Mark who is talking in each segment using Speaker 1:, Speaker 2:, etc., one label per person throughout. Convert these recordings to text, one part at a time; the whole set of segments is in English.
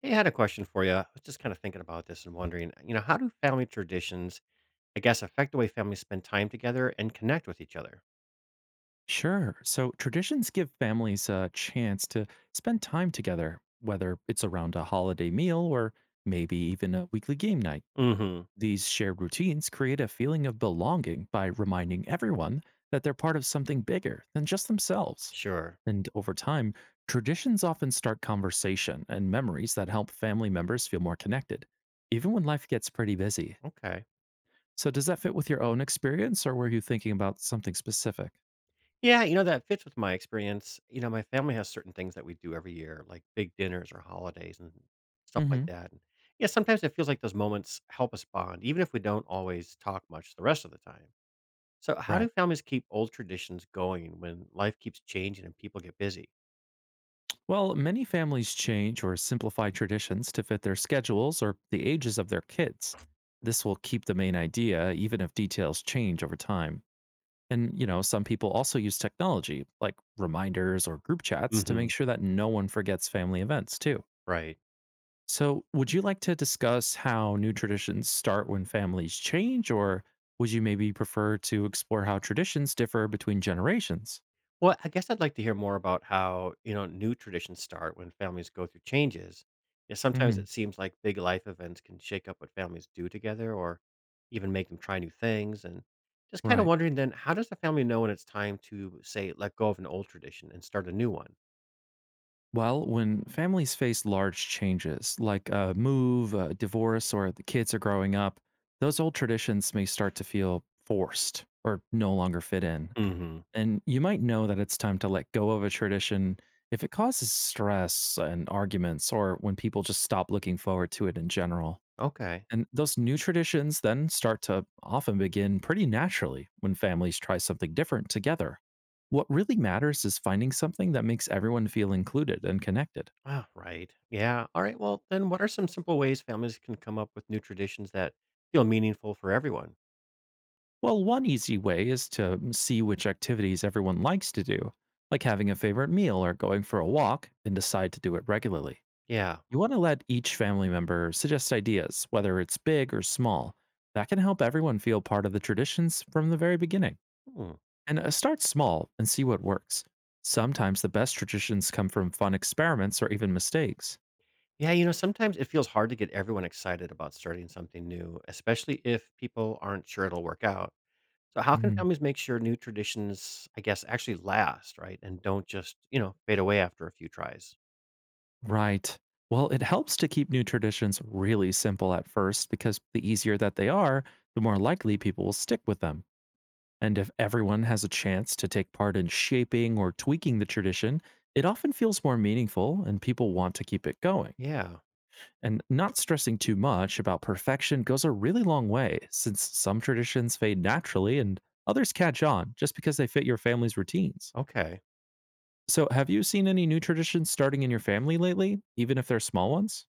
Speaker 1: Hey, I had a question for you. I was just kind of thinking about this and wondering, you know, how do family traditions, I guess, affect the way families spend time together and connect with each other?
Speaker 2: Sure. So traditions give families a chance to spend time together, whether it's around a holiday meal or maybe even a weekly game night.
Speaker 1: Mm-hmm.
Speaker 2: These shared routines create a feeling of belonging by reminding everyone that they're part of something bigger than just themselves.
Speaker 1: Sure.
Speaker 2: And over time, traditions often start conversation and memories that help family members feel more connected, even when life gets pretty busy.
Speaker 1: Okay.
Speaker 2: So, does that fit with your own experience, or were you thinking about something specific?
Speaker 1: Yeah, you know, that fits with my experience. You know, my family has certain things that we do every year, like big dinners or holidays and stuff like
Speaker 2: Hmm.
Speaker 1: that. And yeah, sometimes it feels like those moments help us bond, even if we don't always talk much the rest of the time. So how
Speaker 2: Right.
Speaker 1: do families keep old traditions going when life keeps changing and people get busy?
Speaker 2: Well, many families change or simplify traditions to fit their schedules or the ages of their kids. This will keep the main idea, even if details change over time. And, you know, some people also use technology, like reminders or group chats, to
Speaker 1: Mm-hmm.
Speaker 2: make sure that no one forgets family events, too.
Speaker 1: Right.
Speaker 2: So, would you like to discuss how new traditions start when families change, or would you maybe prefer to explore how traditions differ between generations?
Speaker 1: Well, I guess I'd like to hear more about how, you know, new traditions start when families go through changes. You know, sometimes it
Speaker 2: Hmm,
Speaker 1: seems like big life events can shake up what families do together or even make them try new things. And just kind of
Speaker 2: right.
Speaker 1: wondering then, how does the family know when it's time to, say, let go of an old tradition and start a new one?
Speaker 2: Well, when families face large changes, like a move, a divorce, or the kids are growing up, those old traditions may start to feel forced or no longer fit in.
Speaker 1: Hmm.
Speaker 2: And you might know that it's time to let go of a tradition if it causes stress and arguments, or when people just stop looking forward to it in general.
Speaker 1: Okay.
Speaker 2: And those new traditions then start to often begin pretty naturally when families try something different together. What really matters is finding something that makes everyone feel included and connected.
Speaker 1: Ah, right. Yeah. All right. Well, then what are some simple ways families can come up with new traditions that feel meaningful for everyone?
Speaker 2: Well, one easy way is to see which activities everyone likes to do, like having a favorite meal or going for a walk, and decide to do it regularly.
Speaker 1: Yeah.
Speaker 2: You want to let each family member suggest ideas, whether it's big or small. That can help everyone feel part of the traditions from the very beginning.
Speaker 1: Hmm.
Speaker 2: And start small and see what works. Sometimes the best traditions come from fun experiments or even mistakes.
Speaker 1: Yeah, you know, sometimes it feels hard to get everyone excited about starting something new, especially if people aren't sure it'll work out. So, how can families make sure new traditions, I guess, actually last, right? And don't just, you know, fade away after a few tries?
Speaker 2: Right. Well, it helps to keep new traditions really simple at first because the easier that they are, the more likely people will stick with them. And if everyone has a chance to take part in shaping or tweaking the tradition, it often feels more meaningful and people want to keep it going.
Speaker 1: Yeah.
Speaker 2: And not stressing too much about perfection goes a really long way since some traditions fade naturally and others catch on just because they fit your family's routines.
Speaker 1: Okay.
Speaker 2: So, have you seen any new traditions starting in your family lately, even if they're small ones?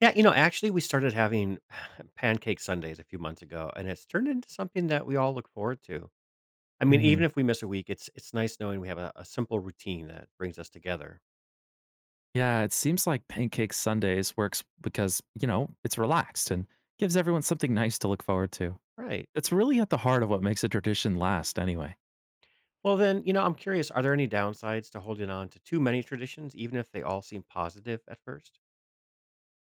Speaker 1: Yeah, you know, actually, we started having pancake Sundays a few months ago, and it's turned into something that we all look forward to. I mean, even if we miss a week, it's nice knowing we have a simple routine that brings us together.
Speaker 2: Yeah, it seems like Pancake Sundays works because, you know, it's relaxed and gives everyone something nice to look forward to.
Speaker 1: Right.
Speaker 2: It's really at the heart of what makes a tradition last, anyway.
Speaker 1: Well, then, you know, I'm curious, are there any downsides to holding on to too many traditions, even if they all seem positive at first?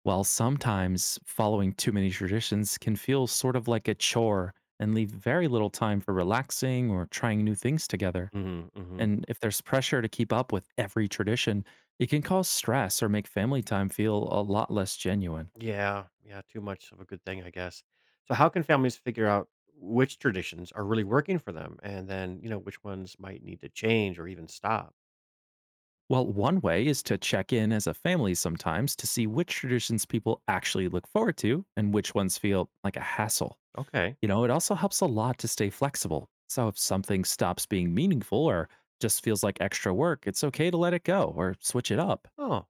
Speaker 2: While sometimes following too many traditions can feel sort of like a chore and leave very little time for relaxing or trying new things together.
Speaker 1: Hmm. Hmm.
Speaker 2: And if there's pressure to keep up with every tradition, it can cause stress or make family time feel a lot less genuine.
Speaker 1: Yeah, yeah, too much of a good thing, I guess. So, how can families figure out which traditions are really working for them and then, you know, which ones might need to change or even stop?
Speaker 2: Well, one way is to check in as a family sometimes to see which traditions people actually look forward to and which ones feel like a hassle.
Speaker 1: Okay.
Speaker 2: You know, it also helps a lot to stay flexible. So if something stops being meaningful or just feels like extra work, it's okay to let it go or switch it up.
Speaker 1: Oh,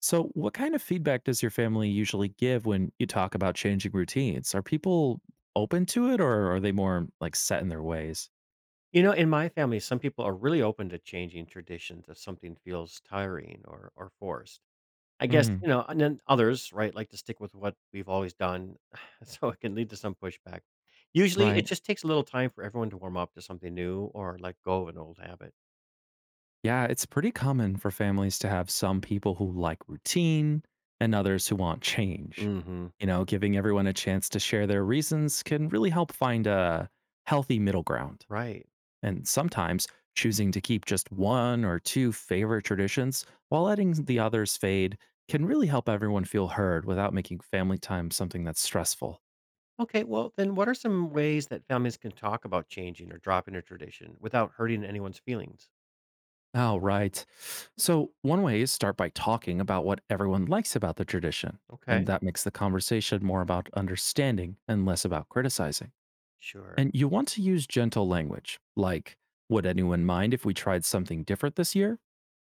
Speaker 2: So, what kind of feedback does your family usually give when you talk about changing routines? Are people open to it or are they more like set in their ways?
Speaker 1: you know, in my family, some people are really open to changing traditions if something feels tiring or forced. I guess,
Speaker 2: Hmm.
Speaker 1: you know, and then others, right, like to stick with what we've always done, so it can lead to some pushback. Usually,
Speaker 2: Right.
Speaker 1: it just takes a little time for everyone to warm up to something new or let go of an old habit.
Speaker 2: Yeah, it's pretty common for families to have some people who like routine and others who want change.
Speaker 1: Hmm.
Speaker 2: You know, giving everyone a chance to share their reasons can really help find a healthy middle ground.
Speaker 1: Right.
Speaker 2: And sometimes choosing to keep just one or two favorite traditions while letting the others fade can really help everyone feel heard without making family time something that's stressful.
Speaker 1: Okay. Well, then, what are some ways that families can talk about changing or dropping a tradition without hurting anyone's feelings?
Speaker 2: Oh, right. So, one way is start by talking about what everyone likes about the tradition. And
Speaker 1: Okay.
Speaker 2: that makes the conversation more about understanding and less about criticizing.
Speaker 1: Sure.
Speaker 2: And you want to use gentle language, like, would anyone mind if we tried something different this year?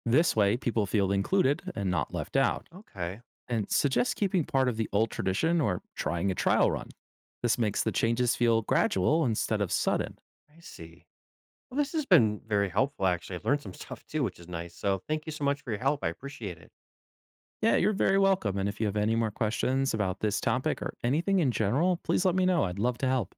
Speaker 2: This way, people feel included and not left out.
Speaker 1: Okay.
Speaker 2: And suggest keeping part of the old tradition or trying a trial run. This makes the changes feel gradual instead of sudden.
Speaker 1: I see. Well, this has been very helpful, actually. I've learned some stuff too, which is nice. So, thank you so much for your help. I appreciate it.
Speaker 2: Yeah, you're very welcome. And if you have any more questions about this topic or anything in general, please let me know. I'd love to help.